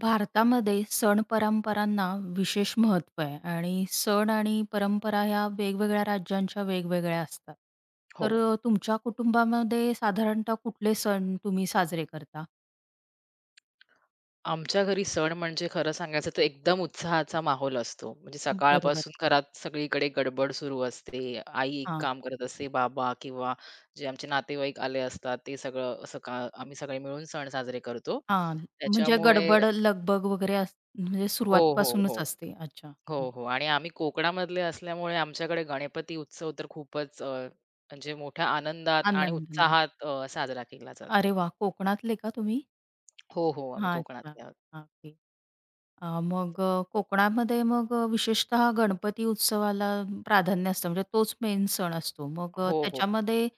भारतामध्ये सण परंपरांना विशेष महत्त्व आहे आणि सण आणि परंपरा ह्या वेगवेगळ्या राज्यांच्या वेगवेगळ्या असतात. हो. तर तुमच्या कुटुंबामध्ये साधारणतः कुठले सण तुम्ही साजरे करता? आमच्या घरी सण म्हणजे खरं सांगायचं तर एकदम उत्साहाचा माहोल असतो. म्हणजे बरोबर. सकाळपासून घरात सगळीकडे गडबड सुरू असते. आई एक हां, काम करत असते, बाबा किंवा जे आमचे नातेवाईक आले असतात ते सगळं असं का आम्ही सगळे मिळून सण साजरे करतो. हां. म्हणजे त्याच्यामुळे गडबड, लगबग वगैरे अस म्हणजे हो, हो, सुरुवातीपासूनच हो. असते. अच्छा. हो, हो. आणि आम्ही कोकणामधले असल्यामुळे आमच्याकडे गणपती उत्सव तर खूपच म्हणजे मोठ्या आनंदात आनंद. आणि आनंद. उत्साहात साजरा केला अरे जातो. वाह! कोकणातले का तुम्ही? हो, हो. आम्ही हां, अच्छा. कोकणातले आहोत. हां, ओके. मग कोकणामध्ये मग विशेषतः गणपती उत्सवाला प्राधान्य असतं म्हणजे तोच मेन सण असतो. मग हो, हो. त्याच्यामध्ये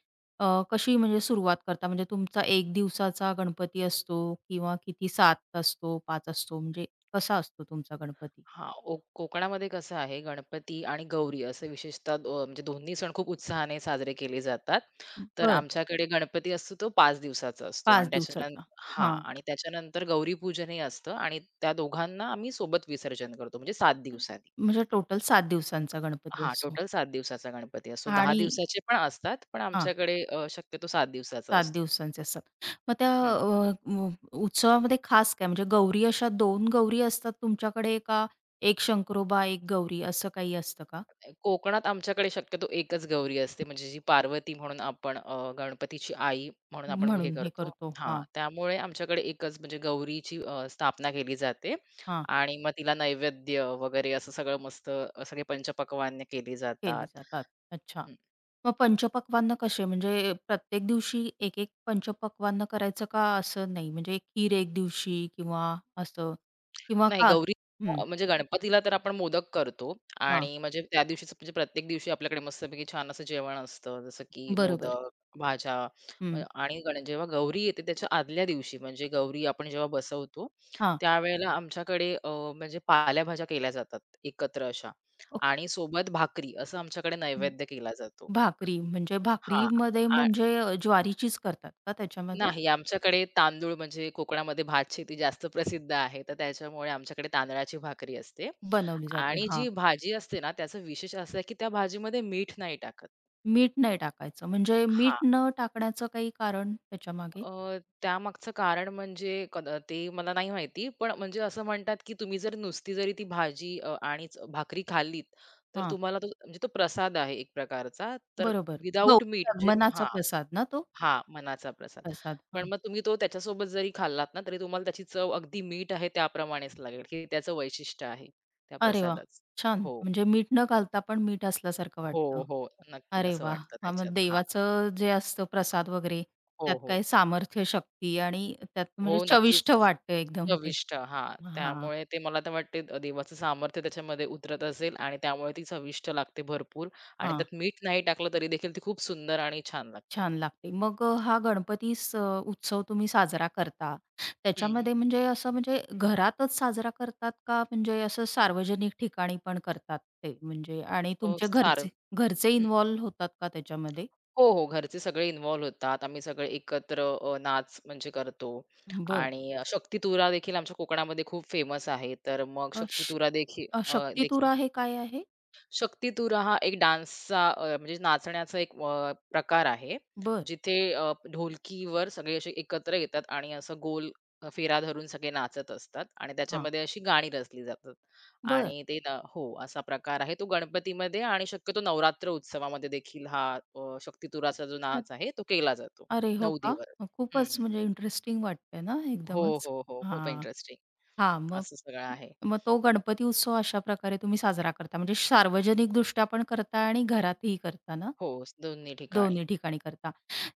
अ, कशी म्हणजे सुरुवात करता? म्हणजे तुमचा एक दिवसाचा गणपती असतो किंवा किती 7 असतो, 5 असतो म्हणजे कसा असतो तुमचा गणपती? हां, कोकणामध्ये कसं आहे गणपती आणि गौरी असे विशेषतः म्हणजे दोन्ही सण खूप उत्साहाने साजरे केले जातात. तर बरं. आमच्याकडे गणपती असतो तो 5 दिवसाचा असतो 5 आणि दिवसाचा. हां, हां. आणि त्याच्यानंतर गौरीपूजनही असतं आणि त्या दोघांना आम्ही सोबत विसर्जन करतो म्हणजे 7 दिवसांनी. म्हणजे टोटल 7 दिवसांचा गणपती हां, असतो टोटल 7 दिवसाचा गणपती असतो. 10 आणि दिवसाचे पण असतात, पण हां. आमच्याकडे शक्यतो 7 दिवसाचा 7 असतो. दिवसांचे असतात. मग त्या अ, म उत्सवामध्ये खास काय म्हणजे गौरी अशा 2 गौरी असतात तुमच्याकडे का एक शंकरोबा, 1 गौरी असं काही असतं का? कोकणात आमच्याकडे शक्यतो एकच गौरी असते, म्हणजे जी पार्वती म्हणून आपण गणपतीची आई म्हणून आपण हे म्हणून हे करतो. करतो. हां, हां, त्यामुळे आमच्याकडे एकच म्हणजे गौरीची स्थापना केली जाते हां. आणि मग तिला नैवेद्य वगैरे असं सगळं मस्त सगळे पंचपक्वान्य केली जातात. केली जातात. अच्छा. मग पंचपक्वान्न कसे म्हणजे प्रत्येक दिवशी एक-एक पंचपक्वान्न करायचं का असं नाही? म्हणजे खीर 1 दिवशी किंवा असं किंवा नाही, का हं. म्हणजे गणपतीला तर आपण मोदक करतो हां. आणि म्हणजे त्या दिवशीच म्हणजे प्रत्येक दिवशी आपल्याकडे मस्तपैकी छान असं जेवण असतं जसं की बरोबर. मोदक, भाज्या. अ, हं. आणि गण जेव्हा गौरी येते त्याच्या आदल्या दिवशी म्हणजे गौरी आपण जेव्हा बसवतो, हां. त्यावेळेला आमच्याकडे म्हणजे पालेभाज्या केल्या जातात एकत्र अशा आणि सोबत भाकरी असं आमच्याकडे ओक नैवेद्य केला जातो. भाकरी, म्हणजे हां. भाकरीमध्ये म्हणजे ज्वारीचीच करतात का त्याच्यामध्ये? नाही, आमच्याकडे तांदूळ म्हणजे कोकणामध्ये भातशेती जास्त प्रसिद्ध आहे, तर त्याच्यामुळे आमच्याकडे तांदळाची भाकरी असते बनवली जाते. आणि हां. जी भाजी असते ना, त्याचं विशेष असं आहे की त्या भाजीमध्ये मीठ नाही टाकत. मीठ नाही टाकायचं. म्हणजे मीठ हां. न टाकण्याचं काही कारण त्याच्यामागे? त्यामागचं कारण म्हणजे कदा ते मला नाही माहिती, पण म्हणजे असं म्हणतात की तुम्ही जर नुसती जरी ती भाजी आणि च भाकरी खाल्लीत, तर हां, तुम्हाला तो म्हणजे तो प्रसाद आहे एक प्रकारचा, तर बरोबर. विदाऊट मीठ गौरी म्हणजे आगमनाचा हां. प्रसाद ना तो? हा, मनाचा प्रसाद. प्रसाद. पण हां. मग तुम्ही तो त्याच्यासोबत जरी खाल्लात ना, तरी तुम्हाला त्याची चव अगदी मीठ आहे त्याप्रमाणेच लागेल, की त्याचं वैशिष्ट्य आहे त्या अरे वाह! प्रसादाचं. छान. हो, म्हणजे मीठ न घालता पण मीठ असल्यासारखं हो, वाटतं. हो. नक्कीच अरे असं वाह! वाटतं हां, मग त्याच्यात. हां. देवाचं जे असतं प्रसाद वगैरे हो, त्यात हो. काय सामर्थ्य, शक्ती आणि त्यात हो, म्हणजे नक्कीच. चविष्ट वाटतं एकदम ते. चविष्ट. हां, हां, त्यामुळे ते मला तर वाटते देवाचं सामर्थ्य त्याच्यामध्ये उतरत असेल आणि त्यामुळे ती चविष्ट लागते भरपूर आणि हां. त्यात मीठ नाही टाकलं तरी देखील ती खूप सुंदर आणि छान लागते. छान लागते. मग हा गणपती स उत्सव तुम्ही साजरा करता. हं. त्याच्यामध्ये म्हणजे असं म्हणजे घरातच साजरा करतात का म्हणजे असं सार्वजनिक ठिकाणी पण करतात ते? म्हणजे आणि हो, तुमचे सार घरचे घरचे इन्व्हॉल्व होतात का त्याच्यामध्ये? हो, हो. घरचे सगळे इन्व्हॉल्व होतात. आम्ही सगळे एकत्र नाच म्हणजे करतो बरं. आणि शक्तितुरा देखील आमच्या कोकणामध्ये खूप फेमस आहे. तर मग अ, श शक्तितुरा देखील अ, देखील शक्तितुरा हे काय आहे? शक्ती तुरा हा एक डान्सचा म्हणजे नाचण्याचा एक प्रकार आहे. बरं. जिथे ढोलकीवर सगळे असे एकत्र येतात आणि असं गोल फेरा धरून सगळे नाचत असतात आणि हां. त्याच्यामध्ये अशी गाणी रचली जातात बरं. आणि ते ना हो, असा प्रकार आहे. तो गणपतीमध्ये आणि शक्यतो नवरात्र उत्सवामध्ये देखील हा शक्तितुराचा जो नाच आहे तो केला जातो अरे हो 9 का? दिवस. हं, खूपच हं. म्हणजे इंटरेस्टिंग वाटतंय ना हो, एकदमच? हो, हो. खूप हां. इंटरेस्टिंग हां, मग असं सगळं आहे. मग तो गणपती उत्सव अशा प्रकारे तुम्ही साजरा करता. म्हणजे सार्वजनिकदृष्ट्या पण करता आणि घरातही करता ना? हो, दोन्ही ठिकाणी. दोन्ही ठिकाणी करता.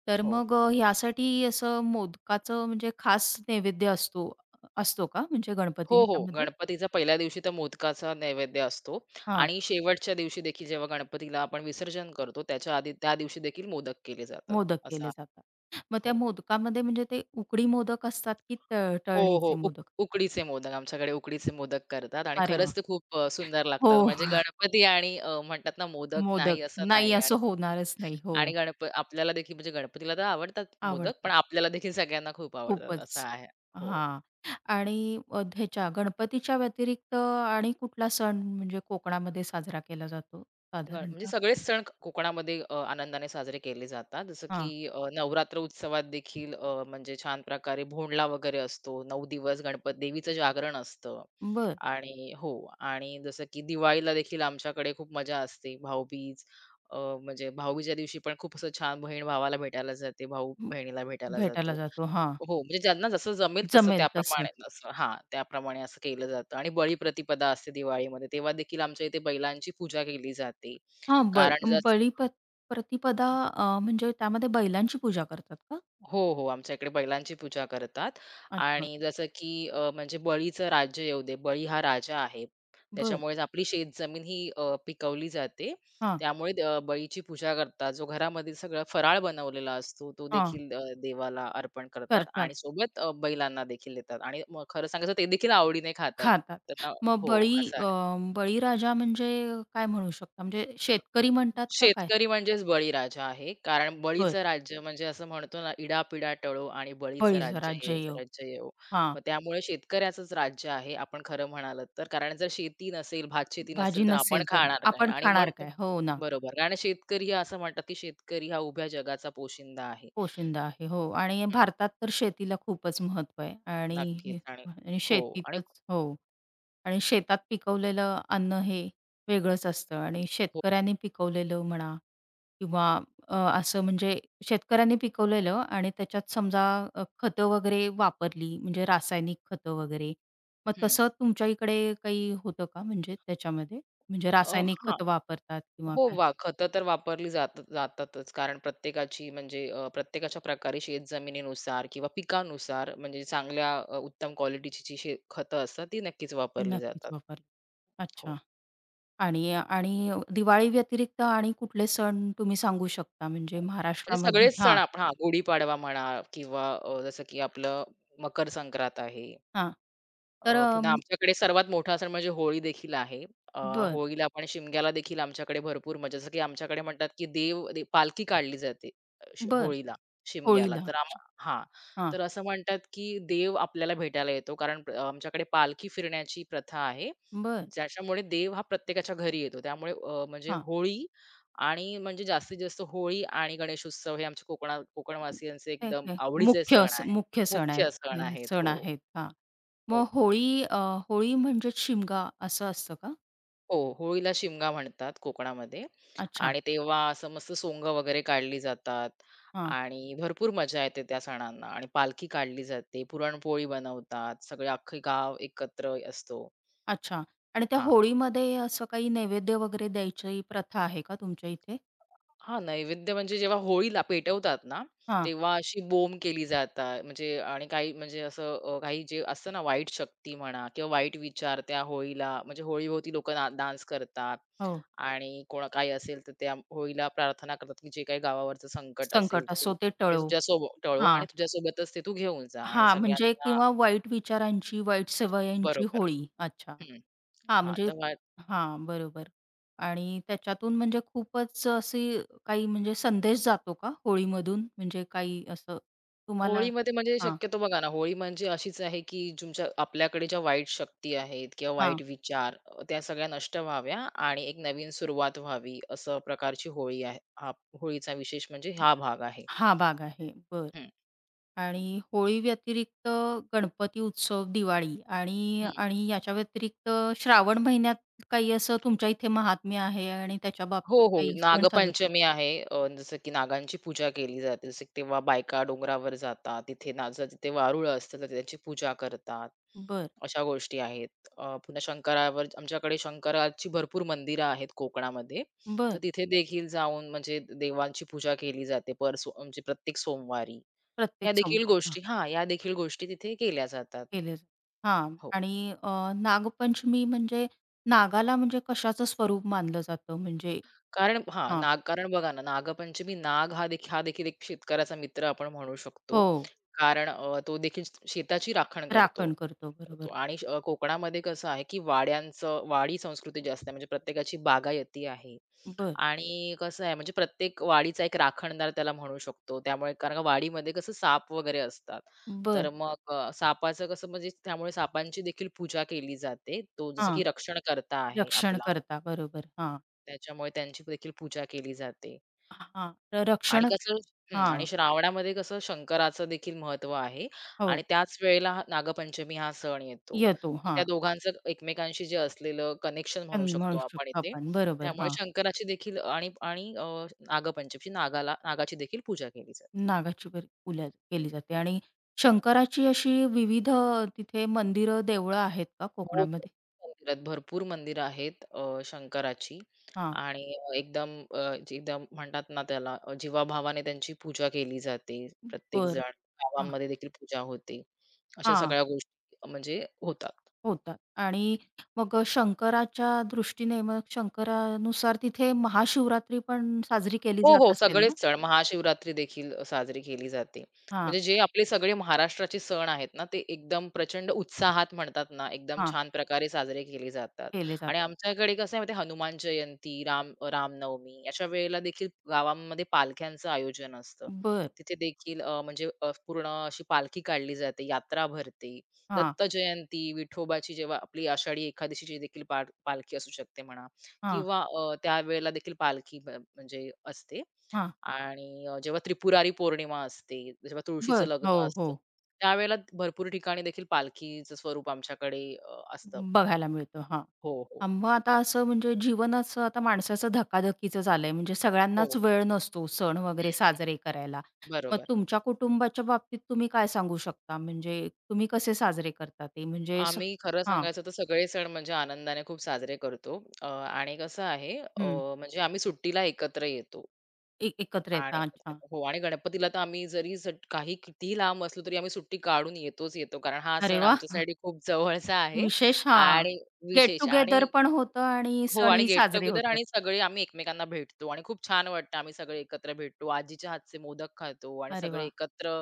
तर हो. मग ह्यासाठी असं मोदकाचं म्हणजे खास नैवेद्य असतो असतो का? म्हणजे गणपती हो, हो. ह्याच्यामध्ये? गणपतीच्या पहिल्या दिवशी तर मोदकाचा नैवेद्य असतो हां, आणि शेवटच्या दिवशी देखील जेव्हा गणपतीला आपण विसर्जन करतो, त्याच्या आधी त्या दिवशी देखील मोदक केले जातात. मोदक असा केले आहे. जातात. मग त्या हो. मोदकामध्ये म्हणजे ते उकडी मोदक असतात की त हो, हो. तळणीचे मोदक? उकडीचे मोदक. आमच्याकडे उकडीचे मोदक करतात आणि अरे वाह! खरंच ते खूप सुंदर हो, लागतात. म्हणजे गणपती आणि म्हणतात ना मोदक मोदक. नाही असं नाही नाही. असं आणि होणारच नाही. हो, आणि आपल्याला देखील म्हणजे गणपतीला तर आवडतात मोदक, पण आवडतात. आपल्याला देखील सगळ्यांना खूप आवडतात असं खूपच. आहे. हो. हां. आणि ह्याच्या गणपतीच्या व्यतिरिक्त आणि कुठला सण म्हणजे कोकणामध्ये साजरा केला जातो म्हणजे साधारणतः? सगळेच सण कोकणामध्ये आनंदाने साजरे केले जातात जसं की हां. नवरात्र उत्सवात देखील म्हणजे छान प्रकारे भोंडला वगैरे असतो 9 दिवस. देवीचं जागरण असतं बरं. आणि हो. आणि जसं की दिवाळीला देखील आमच्याकडे खूप मजा असते. भाऊबीज, अ, म्हणजे भाऊबीजेच्या दिवशी पण खूप असं छान बहीण भावाला भेटायला जाते, भाऊ हं. बहिणीला भेटायला भेटायला जातो. जातो. हां. हो, म्हणजे ज्यांना जसं जमेल तसं जमेल तसं. त्याप्रमाणे असं, हां, त्याप्रमाणे असं केलं जातं आणि बळीप्रतिपदा असते दिवाळीमध्ये, तेव्हा देखील आमच्या इथे बैलांची पूजा केली जाते. हां. ब कारण बळी जसं प प्रतिपदा म्हणजे त्यामध्ये बैलांची पूजा करतात का? हो, हो. आमच्या इकडे बैलांची पूजा करतात अच्छा. आणि जसं की म्हणजे बळीचं राज्य येऊ दे. बळी हा राजा आहे. बरं. त्याच्यामुळेच आपली शेत जमीन ही पिकवली जाते. हां, त्यामुळे बळीची पूजा करतात. जो घरामध्ये सगळा फराळ बनवलेला असतो, तो हां. देखील देवाला अर्पण करतात करतात, आणि सोबत बैलांना देखील देतात आणि मग खरं सांगायचं ते देखील आवडीने खातात. खातात. त्यांना मग हो, बळी असं अ, आहे. बळीराजा म्हणजे काय म्हणू शकता? म्हणजे शेतकरी म्हणतात का काय? शेतकरी म्हणजेच बळीराजा आहे. कारण बरं. बळीचं राज्य म्हणजे असं म्हणतो ना, "इडा-पिडा टळो आणि बळीचं बळीचं राज्य ये राज्य योग. राज्य येवो." हां. मग त्यामुळे शेतकऱ्याचंच राज्य आहे, आपण खरं म्हणालात तर. कारण जर शेती नसेल, भातशेती भाजी नसेल, तर आपण नसेल तर खाणार काय? आपण आणि खाणार म्हणतो काय? हो ना, बरोबर. कारण शेतकरी हा असं म्हणतात, की शेतकरी हा उभ्या जगाचा पोशिंदा आहे. पोशिंदा आहे. हो आणि हं, भारतात तर शेतीला खूपच महत्त्व आहे नक्कीच. आणि आणि आणि हो. आणि शेतीतच हो आणि शेतात पिकवलेलं अन्न हे वेगळंच असतं आणि हो. शेतकऱ्यांनी पिकवलेलं म्हणा किंवा असं म्हणजे शेतकऱ्यांनी पिकवलेलं आणि त्याच्यात समजा खतं वगैरे वापरली म्हणजे रासायनिक खतं वगैरे. मग हं. तसं तुमच्या इकडे काही होतं का म्हणजे त्याच्यामध्ये? म्हणजे रासायनिक हां. खतं वापरतात किंवा हो, काय? खतं तर वापरली जातातच. कारण प्रत्येकाची म्हणजे प्रत्येकाच्या प्रकारे शेत जमिनीनुसार किंवा पिकानुसार म्हणजे चांगल्या उत्तम क्वालिटीची जी खतं असतात ती नक्कीच वापरली नक्कीच जातात. वापरतात. अच्छा. हो. आणि आणि दिवाळी व्यतिरिक्त आणि कुठले सण तुम्ही सांगू शकता म्हणजे म्हणजे महाराष्ट्रामध्ये? सगळेच हां, सण आपण, हां, गुढीपाडवा म्हणा किंवा जसं की आपलं मकर संक्रांत आहे. हां. तर पुन्हा आमच्याकडे सर्वात मोठा सण म्हणजे होळी देखील आहे. अ, बरं, होळीला आपण शिमग्याला देखील आमच्याकडे भरपूर म्हणजे जसं की आमच्याकडे म्हणतात की देव पालखी काढली जाते अ, शि बरं. होळीला, शिमग्याला. होळीला. तर आम हां. हां, तर असं म्हणतात की देव आपल्याला भेटायला येतो कारण आमच्याकडे पालखी फिरण्याची प्रथा आहे. बरं. ज्याच्यामुळे देव हा प्रत्येकाच्या घरी येतो. त्यामुळे म्हणजे हां. होळी आणि म्हणजे जास्तीत जास्त होळी आणि गणेशोत्सव हे आमच्या कोकणवासियांचे काय, एकदम काय आवडीचे मुख्य सण असं आहेत. मुख्य सण आहेत. मुख्य सण हे आहेत. सण हो, आहेत. हां. मग हो. होळी होळी म्हणजेच शिमगा असं असतं का? हो, होळीला शिमगा म्हणतात कोकणामध्ये अच्छा. आणि हो. तेव्हा असं मस्त सोंगं वगैरे काढली जातात हां. आणि भरपूर मजा येते त्या सणांना आणि पालखी काढली जाते, पुरणपोळी बनवतात, सगळे अख्खे गाव एकत्र असतो. अच्छा. आणि त्या हां. होळीमध्ये असं काही नैवेद्य वगैरे द्यायची प्रथा आहे का तुमच्या इथे? हां, नैवेद्य म्हणजे जेव्हा होळीला पेटवतात ना, हां. तेव्हा अशी बोंब केली जातात. म्हणजे आणि काही म्हणजे असं काही जे असतं ना वाईट शक्ती म्हणा किंवा वाईट विचार त्या होळीला म्हणजे होळीभोवती लोकं ना डान्स करतात हो. आणि कोण काही असेल तर त्या होळीला प्रार्थना करतात, की जे काही गावावरचं संकट असेल संकट असो ते ते टळो. तुझ्यासोबत टळो आणि तुझ्यासोबतच ते तू घेऊन जा आणि हा म्हणजे सगळ्यांना किंवा वाईट विचारांची, वाईट सवयांची बरोबर. होळी. अच्छा. हं. हां, हां, म्हणजे तर हां, बरोबर. आणि त्याच्यातून म्हणजे खूपच अशी काही म्हणजे संदेश जातो का होळीमधून? म्हणजे काही असं तुम्हाला होळीमध्ये म्हणजे हां, शक्यतो बघा ना, होळी म्हणजे अशीच आहे, की तुमच्या आपल्याकडे ज्या वाईट शक्ती आहेत किंवा हां. वाईट विचार, त्या सगळ्या नष्ट व्हाव्या आणि एक नवीन सुरुवात व्हावी, असं प्रकारची होळी आहे. हा होळीचा विशेष म्हणजे हा भाग आहे. हा भाग आहे. बरं. आणि होळी व्यतिरिक्त गणपती उत्सव, दिवाळी आणि हं. आणि याच्या व्यतिरिक्त श्रावण महिन्यात काही असं तुमच्या इथे महात्म्य आहे आणि त्याच्या हो, बाबतीत हो. काही सण साजरे नागपंचमी आहे. जसं की नागांची पूजा केली जाते. जसं की तेव्हा बायका डोंगरावर जातात. तिथे नाचं तिथे वारुळ असतं, तर त्याची पूजा करतात. बरं, अशा गोष्टी आहेत. पुन्हा शंकरावर आमच्याकडे शंकराची भरपूर मंदिरं आहेत कोकणामध्ये. तर बरं. तिथे देखील जाऊन म्हणजे देवांची पूजा केली जाते पर सो म्हणजे प्रत्येक सोमवारी. ह्या प्रत्येक देखील सोमवारी. गोष्टी हां, या देखील गोष्टी तिथे केल्या जातात. केले जाते. हां. हो. आणि नागपंचमी म्हणजे नागाला म्हणजे कशाचं स्वरूप मानलं जातं म्हणजे कारण, हां, हां. कारण बघा ना, नागपंचमी, नाग हा देखील एक शेतकऱ्याचा मित्र आपण म्हणू शकतो. हो. कारण तो देखील शेताची राखण करतो. राखण करतो. करतो बरोबर. आणि कोकणामध्ये कसं आहे, की वाड्यांचं वाडी संस्कृती जास्त आहे. म्हणजे प्रत्येकाची बागायती आहे बरं. आणि कसं आहे, म्हणजे प्रत्येक वाडीचा एक राखणदार त्याला म्हणू शकतो. त्यामुळे कारण का वाडीमध्ये कसं साप वगैरे असतात. तर बरं. मग सापाचं कसं म्हणजे त्यामुळे सापांची देखील पूजा केली जाते. तो जसं हां. की रक्षणकर्ता आहे रक्षण आपला. करता. बरोबर. हां. त्याच्यामुळे त्यांची देखील पूजा केली जाते. हां. तर आणि रक्षण कसं हं, हां. आणि श्रावणामध्ये कसं शंकराचं देखील महत्त्व आहे आणि हो. त्याच वेळेला हा नागपंचमी हा सण येतो. येतो. आणि हां. त्या दोघांचं एकमेकांशी जे असलेलं कनेक्शन छान म्हणू शकतो म्हणू आपण शकतो इथे. आपण. बरोबर. त्यामुळे हां. शंकराची देखील आणि आणि अ, नागपंचमीची नागाची देखील पूजा केली जाते. नागाची बर पूजा केली जाते आणि शंकराची अशी विविध तिथे मंदिरं, देवळं आहेत का हो, कोकणामध्ये? भरपूर मंदिरं आहेत शंकराची हां. आणि एकदम जे एकदम म्हणतात ना त्याला जीवाभावाने त्यांची पूजा केली जाते. प्रत्येक बरं. जण हां. गावांमध्ये देखील पूजा होते. अशा हां. सगळ्या गोष्टी म्हणजे होतात. होतात आणि मग शंकराच्या दृष्टीने मग शंकरानुसार तिथे महाशिवरात्री पण साजरी केली हो, हो. जात असेल ना? सगळेच सण महाशिवरात्री देखील साजरी केली जाते. हां, म्हणजे जे आपले सगळे महाराष्ट्राचे सण आहेत ना, ते एकदम प्रचंड उत्साहात म्हणतात ना, एकदम हां. छान प्रकारे साजरे केले जातात. केले आणि जाते. आमच्याकडे कसं आहे माहिती आहे, हनुमान जयंती, रामनवमी अशा वेळेला देखील गावांमध्ये पालख्यांचं आयोजन असतं. बरं. तिथे देखील म्हणजे पूर्ण अशी पालखी काढली जाते, यात्रा भरते. हां, दत्त जयंती, विठोबाची जेव्हा आपली आषाढी एकादशीची देखील पालखी असू शकते म्हणा, हां, किंवा त्यावेळेला देखील पालखी म्हणजे असते. हां. आणि जेव्हा त्रिपुरारी पौर्णिमा असते, जेव्हा तुळशीचं बरं. लग्न हो, हो. असतं, त्यावेळेला भरपूर ठिकाणी देखील पालखीचं स्वरूप आमच्याकडे असतं. बघायला मिळतं. हां. हो, हो. हां, मग आता असं म्हणजे जीवनच आता माणसाचं धकाधकीचं झालंय म्हणजे सगळ्यांनाच हो. वेळ नसतो सण हं, वगैरे साजरे करायला. मग बरोबर. तुमच्या कुटुंबाच्या बाबतीत तुम्ही काय सांगू शकता? म्हणजे तुम्ही कसे साजरे करता ते म्हणजे स आम्ही खरं हां. सांगायचं तर सगळे सण म्हणजे आनंदाने खूप साजरे करतो. आणि कसं आहे, हं. म्हणजे आम्ही सुट्टीला एकत्र येतो ए एकत्र आणि येता. अच्छा. हो. आणि गणपतीला तर आम्ही जरी काही कितीही लांब असलो तरी आम्ही सुट्टी काढून येतोच येतो. कारण हा अरे सण वा, आमच्यासाठी खूप जवळचा आहे विशेष हां. आणि गेट विशेष आणि टुगेदर पण होतं आणि हो. आणि सणही गेट साजरे टुगेदर होतात. आणि सगळे आम्ही एकमेकांना भेटतो आणि खूप छान वाटतं, आम्ही सगळे एकत्र भेटतो. आजीच्या हातचे मोदक खातो आणि अरे सगळे वाह! एकत्र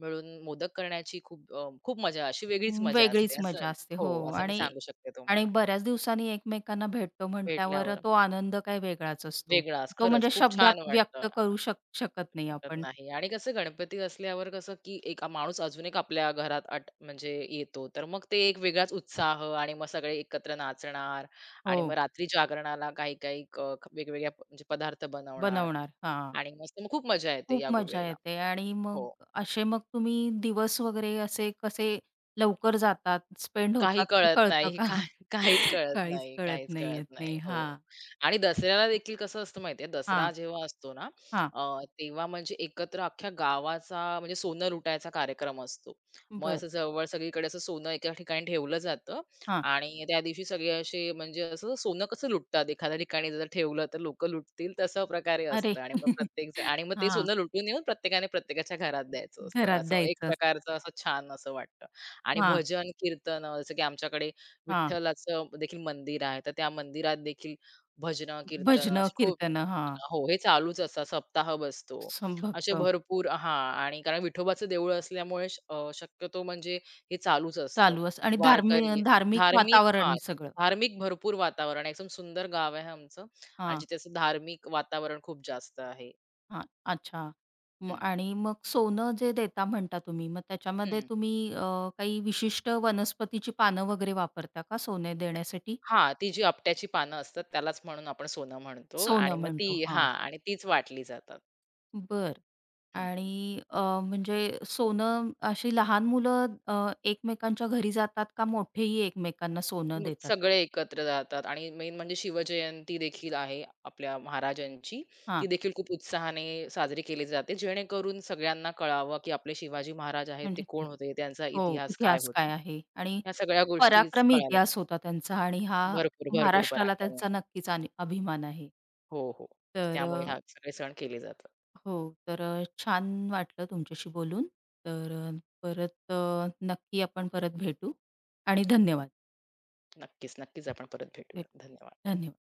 मिळून मोदक करण्याची खूप खूप मजा अशी वेगळीच मजा असते. वेगळीच असं, मजा असते. हो, हो असं मी आणि सांगू शकते आणि तुम्हाला. बऱ्याच दिवसांनी एकमेकांना भेटतो म्हटल्यावर भेटल्यावर तो आनंद काही वेगळाच असतो. वेगळाच तो खरंच म्हणजे खूप शब्दात छान वाटतं. व्यक्त करू शक शकत नाही वाटत आपण. नाही आणि कसं गणपती असल्यावर कसं, की एक माणूस अजून एक आपल्या घरात म्हणजे येतो. तर मग ते एक वेगळाच उत्साह आणि मग सगळे एकत्र नाचणार आणि मग हो, रात्री जागरणाला काही-काही वेगवेगळ्या म्हणजे पदार्थ बनवणार. बनवणार. हां. आणि मस्त मग खूप मजा येते खूप या मजा वेळेला. येते आणि मग हो. असे मग तुम्ही दिवस वगैरे असे कसे लवकर जातात, स्पेंड काही होतात ते कळत कळतं नाही. का? काहीच कळत काहीच नाही, कळत काहीच नाही कळत येत नाही. नाही. हो. हां, आणि दसऱ्याला देखील कसं असतं माहितीये, दसरा हां, जेव्हा असतो ना, हां. तेव्हा म्हणजे एकत्र अख्ख्या गावाचा म्हणजे सोनं लुटायचा कार्यक्रम असतो. मग बरं. असं जवळ सगळीकडे असं सोनं एका ठिकाणी ठेवलं जातं हां. आणि त्या दिवशी सगळे असे म्हणजे असं सोनं कसं लुटतात, एखाद्या ठिकाणी जर ठेवलं तर लोकं लुटतील तशा प्रकारे अरे! असतं आणि मग प्रत्येक जण आणि मग ते हां. सोनं लुटून येऊन प्रत्येकाने प्रत्येकाच्या घरात द्यायचं असतं. घरात असं एक द्यायचं असतं. प्रकारचं असं छान असं वाटतं. आणि हां, भजन, कीर्तनं जसं की आमच्याकडे हां. विठ्ठलाचं देखील मंदिर आहे. तर त्या मंदिरात देखील भजन कीर्तनं भजनं, अशी खूप. कीर्तनं. हां. हो, हे चालूच असतात. सप्ताह बसतो. सं असे भक्त भरपूर, हां, आणि कारण विठोबाचं देऊळ असल्यामुळे शक्यतो म्हणजे हे चालूच असतं. चालू असं आणि धार्मि वारकरी, धार्मिक हां, वातावरण सगळं. धार्मिक भरपूर वातावरण आहे. एकदम सुंदर गाव आहे आमचं आणि हां, जिथे असं धार्मिक वातावरण खूप जास्त आहे. हां. अच्छा. मग हं, आणि मग सोनं जे देता म्हणता तुम्ही, मग त्याच्यामध्ये हं. तुम्ही काही विशिष्ट वनस्पतीची पानं वगैरे वापरता का सोने देण्यासाठी? हां, ती जी आपट्याची पानं असतात त्यालाच म्हणून आपण सोनं म्हणतो सोनं आणि मग म्हणतो. हां. हां, आणि तीच वाटली जातात. बर, हं. आणि म्हणजे सोनं अशी लहान मुलं एकमेकांच्या घरी जातात का मोठेही एकमेकांना सोनं मग देतात? सगळे एकत्र जातात आणि मेन म्हणजे शिवजयंती देखील आहे आपल्या महाराजांची. ती हां, देखील खूप उत्साहाने साजरी केली जाते, जेणेकरून सगळ्यांना कळावं, की आपले शिवाजी महाराज आहेत ते म्हणजे ते कोण होते, त्यांचा हो, इतिहास काय इतिहास होता. काय आहे? आणि ह्या सगळ्या गोष्टी पराक्रमी कळायला जातात. इतिहास होता त्यांचा आणि हा भरपूर, भरपूर महाराष्ट्राला पराक्रम आहे. त्यांचा नक्कीच आणि अभिमान आहे. हो, हो. तर त्यामुळे हा सगळे सण केले जातात. हो, तर छान वाटलं तुमच्याशी बोलून. तर परत नक्की आपण परत भेटू आणि धन्यवाद. नक्कीच, नक्कीच आपण परत भेटूया. भेटू. धन्यवाद. धन्यवाद.